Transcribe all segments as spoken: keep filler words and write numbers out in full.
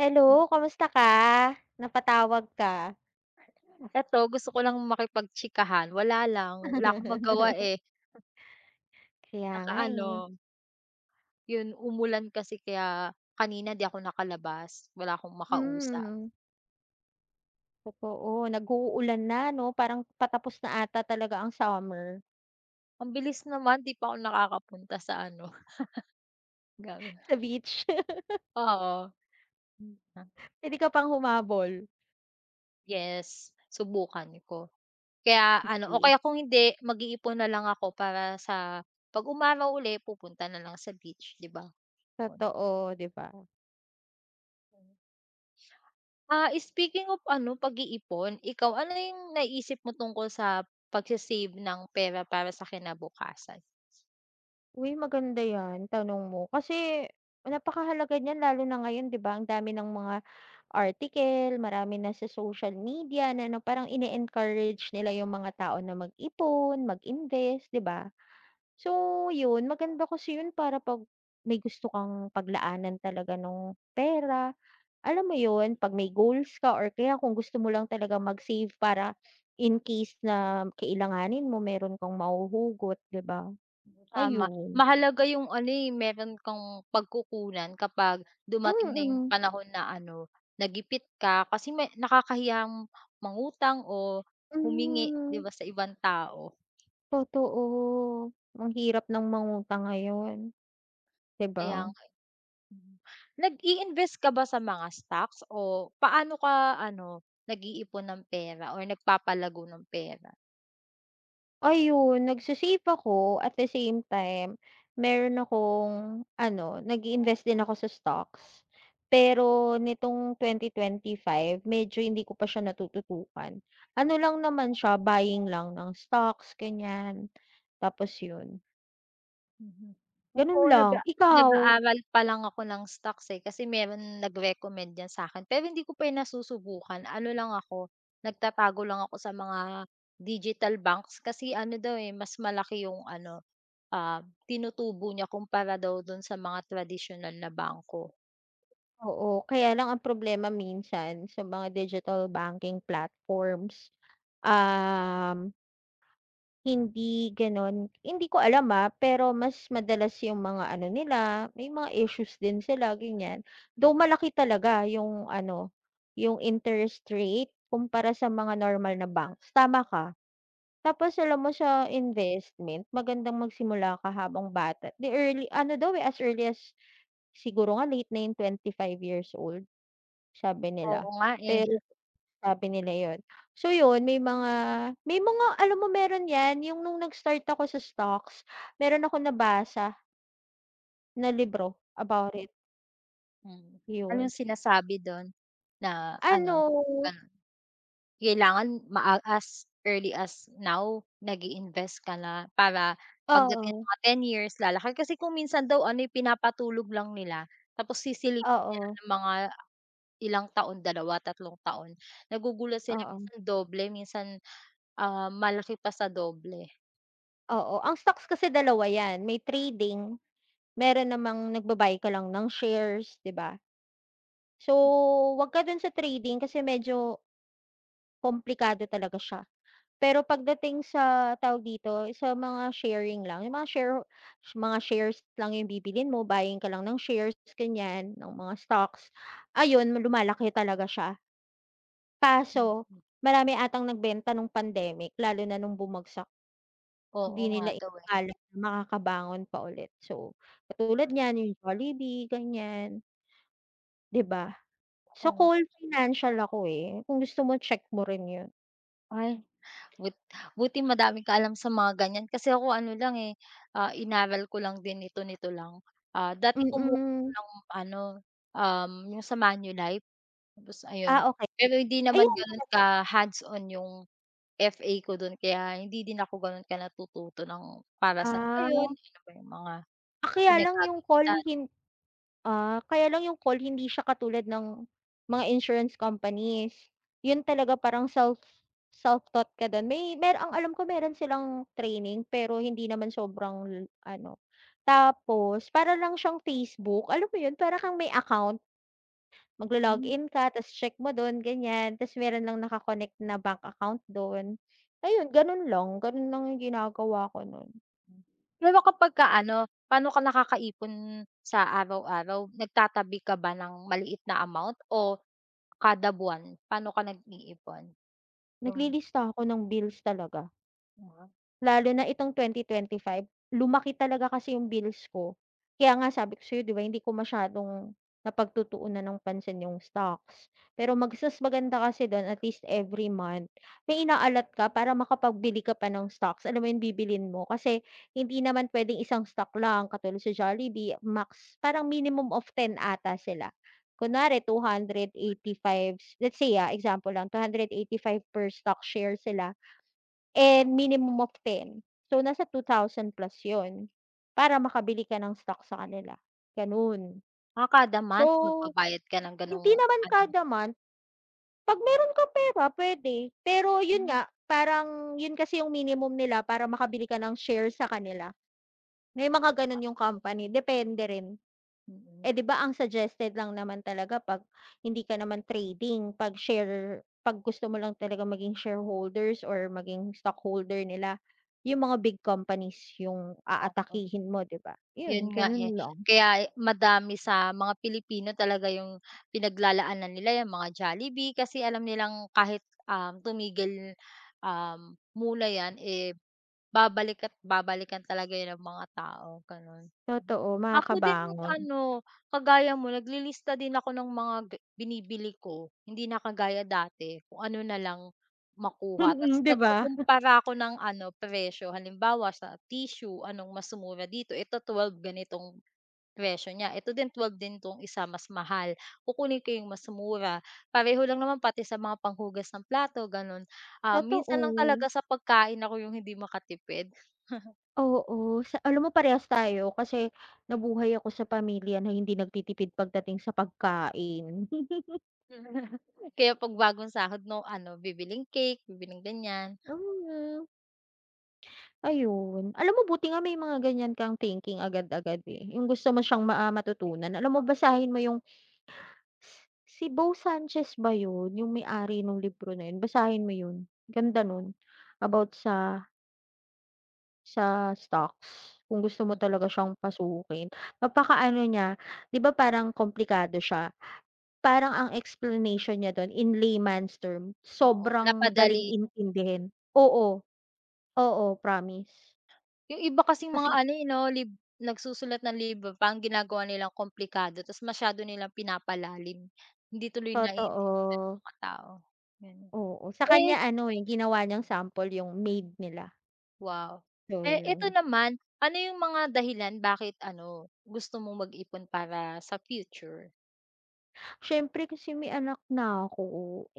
Hello, kamusta ka? Napatawag ka. Eto gusto ko lang makipagtsikahan, wala lang, wala akong magawa, eh. Kaya nga, Nakaano, eh. yun umulan kasi kaya kanina di ako nakalabas, wala akong makausap. Hmm, totoo. Nag-uulan na 'no, parang patapos na ata talaga ang summer Ang bilis naman di pa ako nakakapunta sa ano, gano'n. sa beach. Oo, mm, Hindi ka pang humabol. yes, subukan ko. Kaya ano o Eh, kaya kung hindi mag-iipon na lang ako para sa 'pag umaraw uli pupunta na lang sa beach, 'di ba? Yun. totoo, 'di ba? Ah, speaking of ano, pag-iipon, ikaw ano yung naisip mo tungkol sa pagse-save ng pera para sa kinabukasan? Uy, maganda 'yan tanong mo kasi napakahalaga niyan lalo na ngayon 'di ba, ang dami ng mga article, marami na sa social media na ano, parang ine-encourage nila yung mga tao na mag-ipon, mag-invest, 'di ba? So, yun maganda kasi yun para 'pag may gusto kang paglaanan talaga ng pera, alam mo yun, 'pag may goals ka or kaya kung gusto mo lang talagang mag-save para in case na kailanganin mo meron kang mahuhugot, 'di ba? Tama, Ayun. mahalaga yung ano, eh, meron kang pagkukunan kapag dumating na yung Mm, panahon na ano, nagipit ka kasi may nakakahiyang mangutang o humingi, 'di hmm, ba, sa ibang tao. totoo. Ang hirap ng mangutang ngayon, 'di ba? Kaya nga, mm. Nag-i-invest ka ba sa mga stocks o paano ka ano, nag-iipon ng pera or nagpapalago ng pera? Ayun, nagse-save ako at the same time, meron akong ano, nag-iinvest din ako sa stocks. Pero nitong twenty twenty-five medyo hindi ko pa siya natututukan. Ano lang naman siya, buying lang ng stocks, ganyan. Tapos yun, Mhm. Ako ganun lang. naga a Ikaw? nag-aaral pa lang ako ng stocks, eh, kasi meron nag-recommend yan sa'kin pero hindi ko pa yan nasusubukan. Ano lang ako, nagtatago lang ako sa mga digital banks kasi ano daw, eh, mas malaki yung ano, ah, tinutubo niya kumpara daw dun sa mga tradisyonal na bangko. Oo, kaya lang ang problema minsan sa mga digital banking platforms, um, hindi gano'n. Hindi ko alam, ah, pero mas madalas yung mga ano nila, may mga issues din sila, ganyan. Though malaki talaga yung ano, yung interest rate kumpara sa mga normal na banks, tama ka. Tapos alam mo sa investment, magandang magsimula ka habang bata. The early ano daw, eh, as early as siguro nga late na yung five years old, sabi nila. Oo nga, eh. Pero sabi nila yun. So yun, may mga may mga alam mo meron 'yan, yung nung nag-start ako sa stocks, meron akong nabasa na libro about it, Mm. yun. Anong sinasabi dun na Ano ano, gan kailangan maa as early as now nag-iinvest ka na para pagdating ng oo, mga 10 years lalaki. Kasi kung minsan daw ano, eh, pinapatulog lang nila tapos sisilipin nila oo, ng mga ilang taon, dalawa, tatlong taon. Nagugulat sila oo, minsan doble, minsan, ah, malaki pa sa doble. oo. Ang stocks kasi dalawa 'yan, may trading, meron namang nagba ka lang ng shares, 'di ba? So, 'wag ka dun sa trading kasi medyo komplikado talaga siya. Pero pagdating sa, tawag dito, sa mga sharing lang, yung mga share mga shares lang yung bibilhin mo, buying ka lang ng shares, ganyan, ng mga stocks, ayun, lumalaki talaga siya. Kaso, marami atang nagbenta nung pandemic, lalo na nung bumagsak, Oo hindi nga nila daw, eh. inakala na makakabangon pa ulit. So, katulad niyan, yung Jollibee, ganyan, 'di ba? So, Oo. Coal Financial ako eh, kung gusto mo check mo rin yun. Ay, but buti madami ka alam sa mga ganyan kasi ako ano lang, eh, ah, inaral ko lang din ito nito lang. Ah, dati kumuha ako Mm. ng ano, um, yung sa Manulife tapos ayun. Ah, okey. Pero hindi Ayan, naman gano'n ka hands-on yung F A ko dun kaya hindi din ako gano'n ka natututo ng para saan ba ah. ano ba yung mga Ah, kaya lang yung call pinagkagamitan. hin ah, kaya lang yung call hindi siya katulad ng mga insurance companies. Yun talaga parang self self-taught ka dun. May mer ang alam ko meron silang training pero hindi naman sobrang ano. Tapos para lang siyang Facebook, alam mo yun, para kang may account, maglo-login ka ta's check mo dun ganyan, ta's meron lang naka-connect na bank account dun. Ayun ganun lang, ganun lang yung ginagawa ko nun. Pero kapagka ano, paano ka nakakaipon sa araw-araw? Nagtatabi ka ba ng maliit na amount o kada buwan? Paano ka nag-iipon? Yung Naglilista ako ng bills talaga. mga Lalo na itong twenty twenty five lumaki talaga kasi yung bills ko. Kaya nga sabi ko sa'yo 'di ba hindi ko masyadong napagtutuunan ng pansin yung stocks. Pero mag mas maganda kasi dun at least every month, may inaalat ka para makapagbili ka pa ng stocks, alam mo yung bibilhin mo. Kasi hindi naman puwedeng isang stock lang katulad sa Jollibee max parang minimum of ten ata sila. Kunwari five let's say, ah, example lang two hundred eighty five per stock share sila. And minimum of ten. So, nasa two thousand plus 'yun, para makabili ka ng stock sa kanila, gano'n. ah, kada month So, magbabayad ka ng ganong hindi naman ano? kada month, 'pag meron kang pera pwede pero 'yun Hmm, nga, parang 'yun kasi yung minimum nila para makabili ka ng share sa kanila. May mga gano'n yung company, depende rin. Eh, 'di mm. ba ang suggested lang naman talaga 'pag hindi ka naman trading, 'pag share 'pag gusto mo lang talaga maging shareholders or maging stockholder nila, yung mga big companies yung Oo, aatakihin mo, 'di ba? Yun, yun nga, eh. ganun lang. Kaya eh, madami sa mga Pilipino talaga yung pinaglalaanan nila, yung mga Jollibee kasi alam nilang kahit, um, tumigil, um, muna yan, eh, babalik at babalikan talaga 'yun ng mga tao, gano'n. Totoo, Ako din makakabangon. ano, kagaya mo naglilista din ako ng mga ga binibili ko, hindi na kagaya dati kung ano na lang makuha Mm, ta's 'di ba? nagkukumpara ako ng ano presyo. Halimbawa sa tissue, anong mas mura dito, ito twelve ganitong presyo niya, ito din twelve din 'tong isa mas mahal, kukunin ko 'yung mas mura. Pareho lang naman pati sa mga panghugas ng plato gano'n. Ah, Totoo, minsan lang talaga sa pagkain ako 'yung hindi makatipid. oo. Sa alam mo parehas tayo kasi nabuhay ako sa pamilya na hindi nagtitipid pagdating sa pagkain. Kaya 'pag bagong sahod 'no, ano, bibiling cake, bibiling ganyan. Oo nga. Ayun. Alam mo buti nga may mga ganyan kang thinking agad-agad, eh, yung gusto mo siyang ma ah, matutunan. Alam mo basahin mo yung si Beau Sanchez ba yun, yung may-ari nung libro na yun, basahin mo yun, ganda nun. Mm, About sa sa stocks, kung gusto mo mm. talaga siyang pasukin. Napakaano niya, 'di ba parang komplikado siya, parang ang explanation niya dun in layman's term, Oo, sobrang napadali. daling intindihin. Oo, oo, promise. Yung iba kasing mga Kasi ano, eh, 'no, lib nagsusulat ng libro pa, ginagawa nilang komplikado ta's masyado nilang pinapalalim. Hindi tuloy naiintindihan ng totoo. mga tao, gano'n. Oo, sa Eh, kanya ano, yung ginawa niyang sample yung maid nila. wow. So Eh, ito yun. naman, ano yung mga dahilan bakit ano, gusto mong mag-ipon para sa future? Siyempre kasi may anak na ako,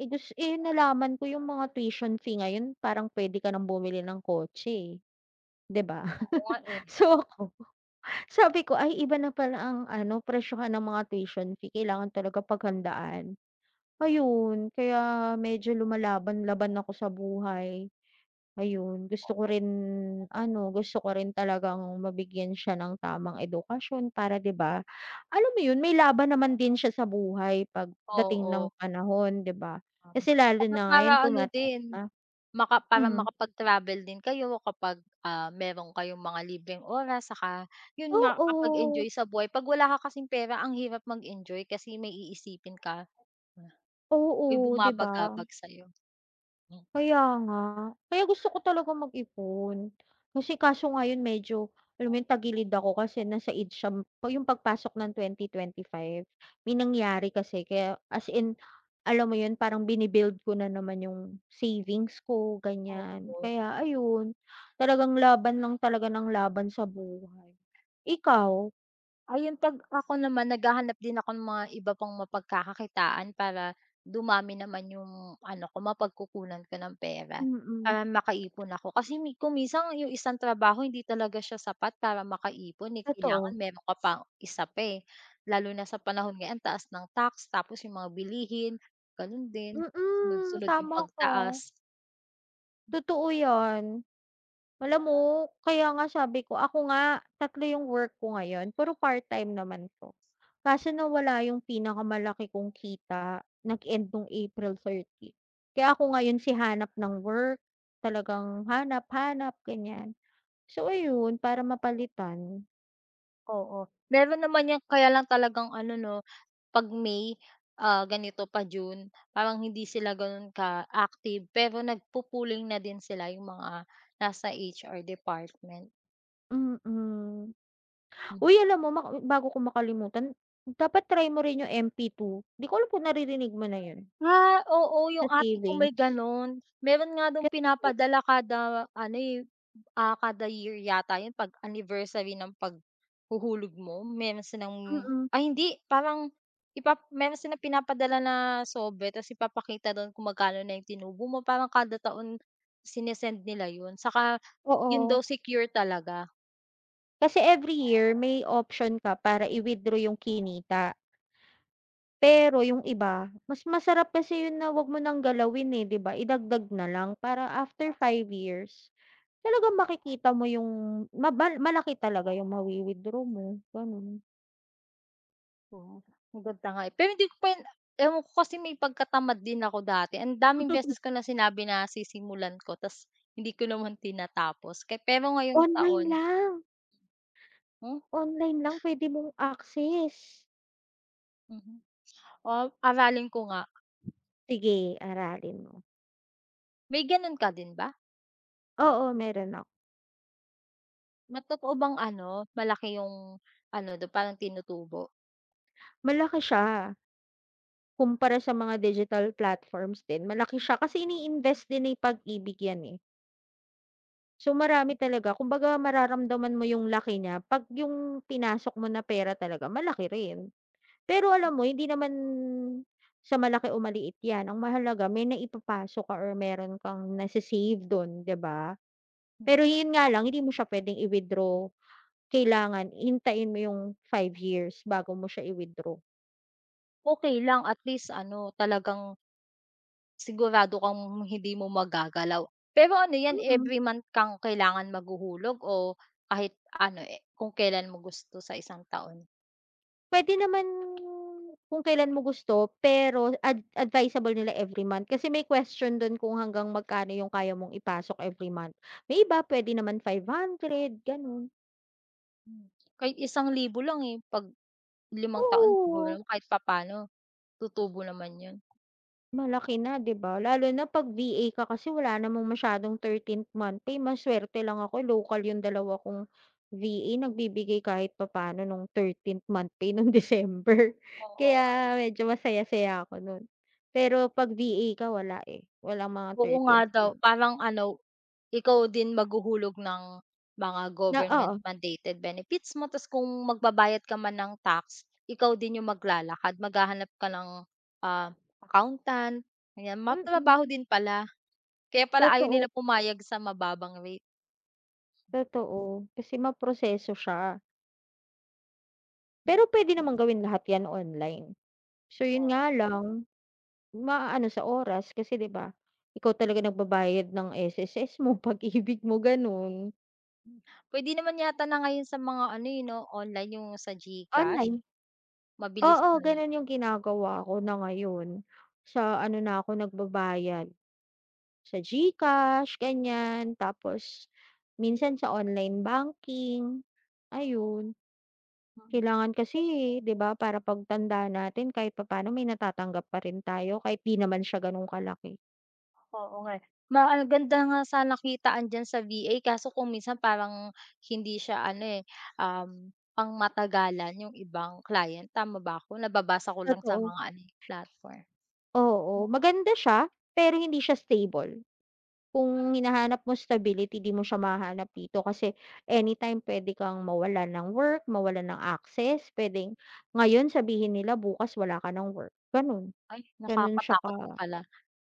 eh, gus eh, nalaman ko yung mga tuition fee ngayon parang puwede ka ng bumili ng kotse, eh, 'di ba? Oo nga, eh. So ako, sabi ko, "Ay iba na pala ang ano presyohan ng mga tuition fee kailangan talaga paghandaan." Ayun, kaya medyo lumalaban-laban ako sa buhay. Ayun, gusto ko rin ano, gusto ko rin talagang mabigyan siya ng tamang edukasyon para 'di ba, alam mo 'yun, may laban naman din siya sa buhay Oo, pagdating oo, ng panahon, 'di ba? tama. Kasi lalo Tsaka na para ngayon ano tumataas din na. Maka para Hmm, makapag-travel din kayo kapag, ah, meron kayong mga libreng oras saka yun makakapag-enjoy oo, sa buhay. 'Pag wala ka kasing pera ang hirap mag-enjoy kasi may iisipin ka na may oo, 'di ba? bumabagabag sa'yo, hmm. Kaya nga. Kaya gusto ko talaga mag-ipon. Kasi kaso nga yun medyo, alam mo yun, tagilid ako kasi nasa age siya pa- yung pagpasok ng twenty twenty-five, may nangyari kasi kaya as in, alam mo yun, parang bini-build ko na naman yung savings ko, ganyan. Oo. Kaya ayun, talagang laban lang talaga ng laban sa buhay. Ikaw? Ayun, 'pag ako naman naghahanap din ako ng mga iba pang mapagkakakitaan para dumami naman yung ano ko, mapagkukunan ko ng pera, Mm. para makaipon ako. Kasi mi kung minsan yung isang trabaho hindi talaga siya sapat para makaipon, eh, kailangan Totoo. meron ka pang isa pa, eh. Lalo na sa panahon ngayon, ang taas ng tax, tapos yung mga bilihin, gano'n din. Mm, Sunod-sunod yung tama ko pagtaas, totoo yan. Alam mo, kaya nga sabi ko, ako nga, tatlo yung work ko ngayon, pero part-time naman 'to. Kaso nawala yung pinakamalaki kong kita, nag-end nung April thirtieth. Kaya ako ngayon si hanap ng work, talagang hanap-hanap, ganyan. So ayun, para mapalitan oo. Meron naman yang kaya lang talagang ano 'no, 'pag May, ah, ganito pa June, parang hindi sila gano'n ka-active pero nagpupuling pooling na din sila yung mga nasa H R department. mm. Hmm. Uy, alam mo maka bago ko makalimutan, dapat try mo rin yung M P two. Di ko alam kung naririnig mo na yun, Ah, oo sa yung ate ko savings. may gano'n. Meron nga daw Kasi pinapadala kada ano, eh. Ah, kada year yata 'yun 'pag anniversary ng paghuhulog mo meron silang mm, ay hindi parang ipa meron silang pinapadala na sobre tapos ipapakita dun kung magkano na yung tinubo mo parang kada taon sine nila 'yun saka 'yun oo. daw secure talaga. Kasi every year may option ka para i-withdraw yung kinita. Pero yung iba, mas masarap kasi yun na 'wag mo nang galawin, eh, 'di ba? Idagdag na lang para after five years, talagang makikita mo yung ma maba malaki talaga yung mawi-withdraw mo, gano'n. Oo, ang ganda nga, eh. Pero hindi ko pa 'yun, ewan ko kasi may pagkatamad din ako dati ang daming beses ko na sinabi na sisimulan ko ta's hindi ko naman tinatapos ke pero ngayong Online taon lang, hmm, online lang pwede mong access. mhm. Oh, aralin ko nga. Sige, aralin mo. May gano'n ka din ba? Oo, meron ako. Ma totoo bang ano, malaki yung ano dun parang tinutubo? Malaki siya kumpara sa mga digital platforms din, malaki siya kasi ini-invest din ng pag-ibig yan, eh. So, marami talaga kumbaga mararamdaman mo yung laki niya 'pag yung pinasok mo na pera talaga malaki rin. Pero alam mo hindi naman sa malaki o maliit 'yan, ang mahalaga may naipapasok ka or meron kang nase-save dun, 'di ba? Pero yun nga lang hindi mo siya puwedeng i-withdraw, kailangan hintayin mo yung five years bago mo siya i-withdraw. Okey lang at least ano, talagang sigurado kang hindi mo magagalaw. Pero ano yan, Mm. every month kang kailangan maghuhulog o kahit ano, eh, kung kailan mo gusto sa isang taon? Puwede naman kung kailan mo gusto, pero ad advisable nila every month kasi may question dun kung hanggang magkano yung kaya mong ipasok every month. May iba puwede naman five hundred ganun. Hmm, kahit isang libo lang, eh, 'pag limang taon siguro Oo. naman kahit papaano tutubo naman yun. Malaki na, 'di ba? Lalo na 'pag V A ka kasi wala namang masyadong thirteenth month pay, maswerte lang ako local yung dalawa kong V A nagbibigay kahit papaano nung thirteenth month pay nung December. Oo nga, eh. Kaya medyo masaya-saya ako nun. Pero 'pag V A ka wala, eh, walang mga Oo nga thirteenth. th daw, month parang ano, ikaw din maghuhulog ng mga na government oo, mandated benefits mo ta's kung magbabayad ka man ng tax, ikaw din yung maglalakad, maghahanap ka ng, ah, accountant, ganyan. Matrabaho mm. din pala, kaya pala ayaw Totoo, nila pumayag sa mababang rate. totoo. Kasi maproseso siya. Pero puwede naman gawin lahat 'yan online. So, yun nga Oo, lang maaano sa oras kasi 'di ba, ikaw talaga nagbabayad ng S S S mo, Pag-ibig mo, gano'n. puwede naman yata na ngayon sa mga ano, yun 'no, online yung sa GCash, Online mabilis oo, na lang. gano'n yung ginagawa ko na ngayon. Sa ano na ako nagbabayad, sa GCash, ganyan. Tapos Hmm, minsan sa online banking, ayun. mm. Kailangan kasi, 'di ba, para pagtanda natin kahit papaano may natatanggap pa rin tayo kahit 'di naman siya gano'n kalaki. Oo nga, eh. Ma ang ganda nga sana kitaan diyan sa V A kaso kung minsan parang hindi siya ano, eh, um, pangmatagalan yung ibang client, tama ba ako? Nababasa ko lang sa Totoo, mga ano, eh, platform. oo. Maganda siya, pero hindi siya stable. Kung hinahanap mo stability, 'di mo siya mahahanap dito kasi anytime puwede kang mawalan ng work, mawalan ng access, puwedeng ngayon sabihin nila bukas wala ka ng work, gano'n. Ay, Gano'n siya nakakatakot din ka pala.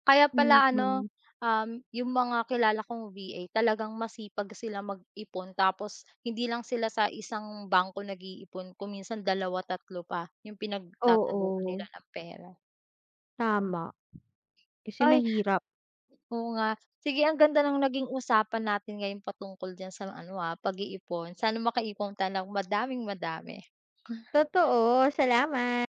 Kaya pala ano, mm, um, yung mga kilala kong V A talagang masipag sila mag-ipon tapos hindi lang sila sa isang bangko nag-iipon kung minsan dalawa tatlo pa yung pinagtataguan oo, nila ng pera. tama. Kasi Ay, mahirap. oo nga. Sige ang ganda ng naging usapan natin ngayon patungkol dyan sa ano, ah, pag-iipon. Sana makaipon tayo ng madaming-madami. Totoo, salamat.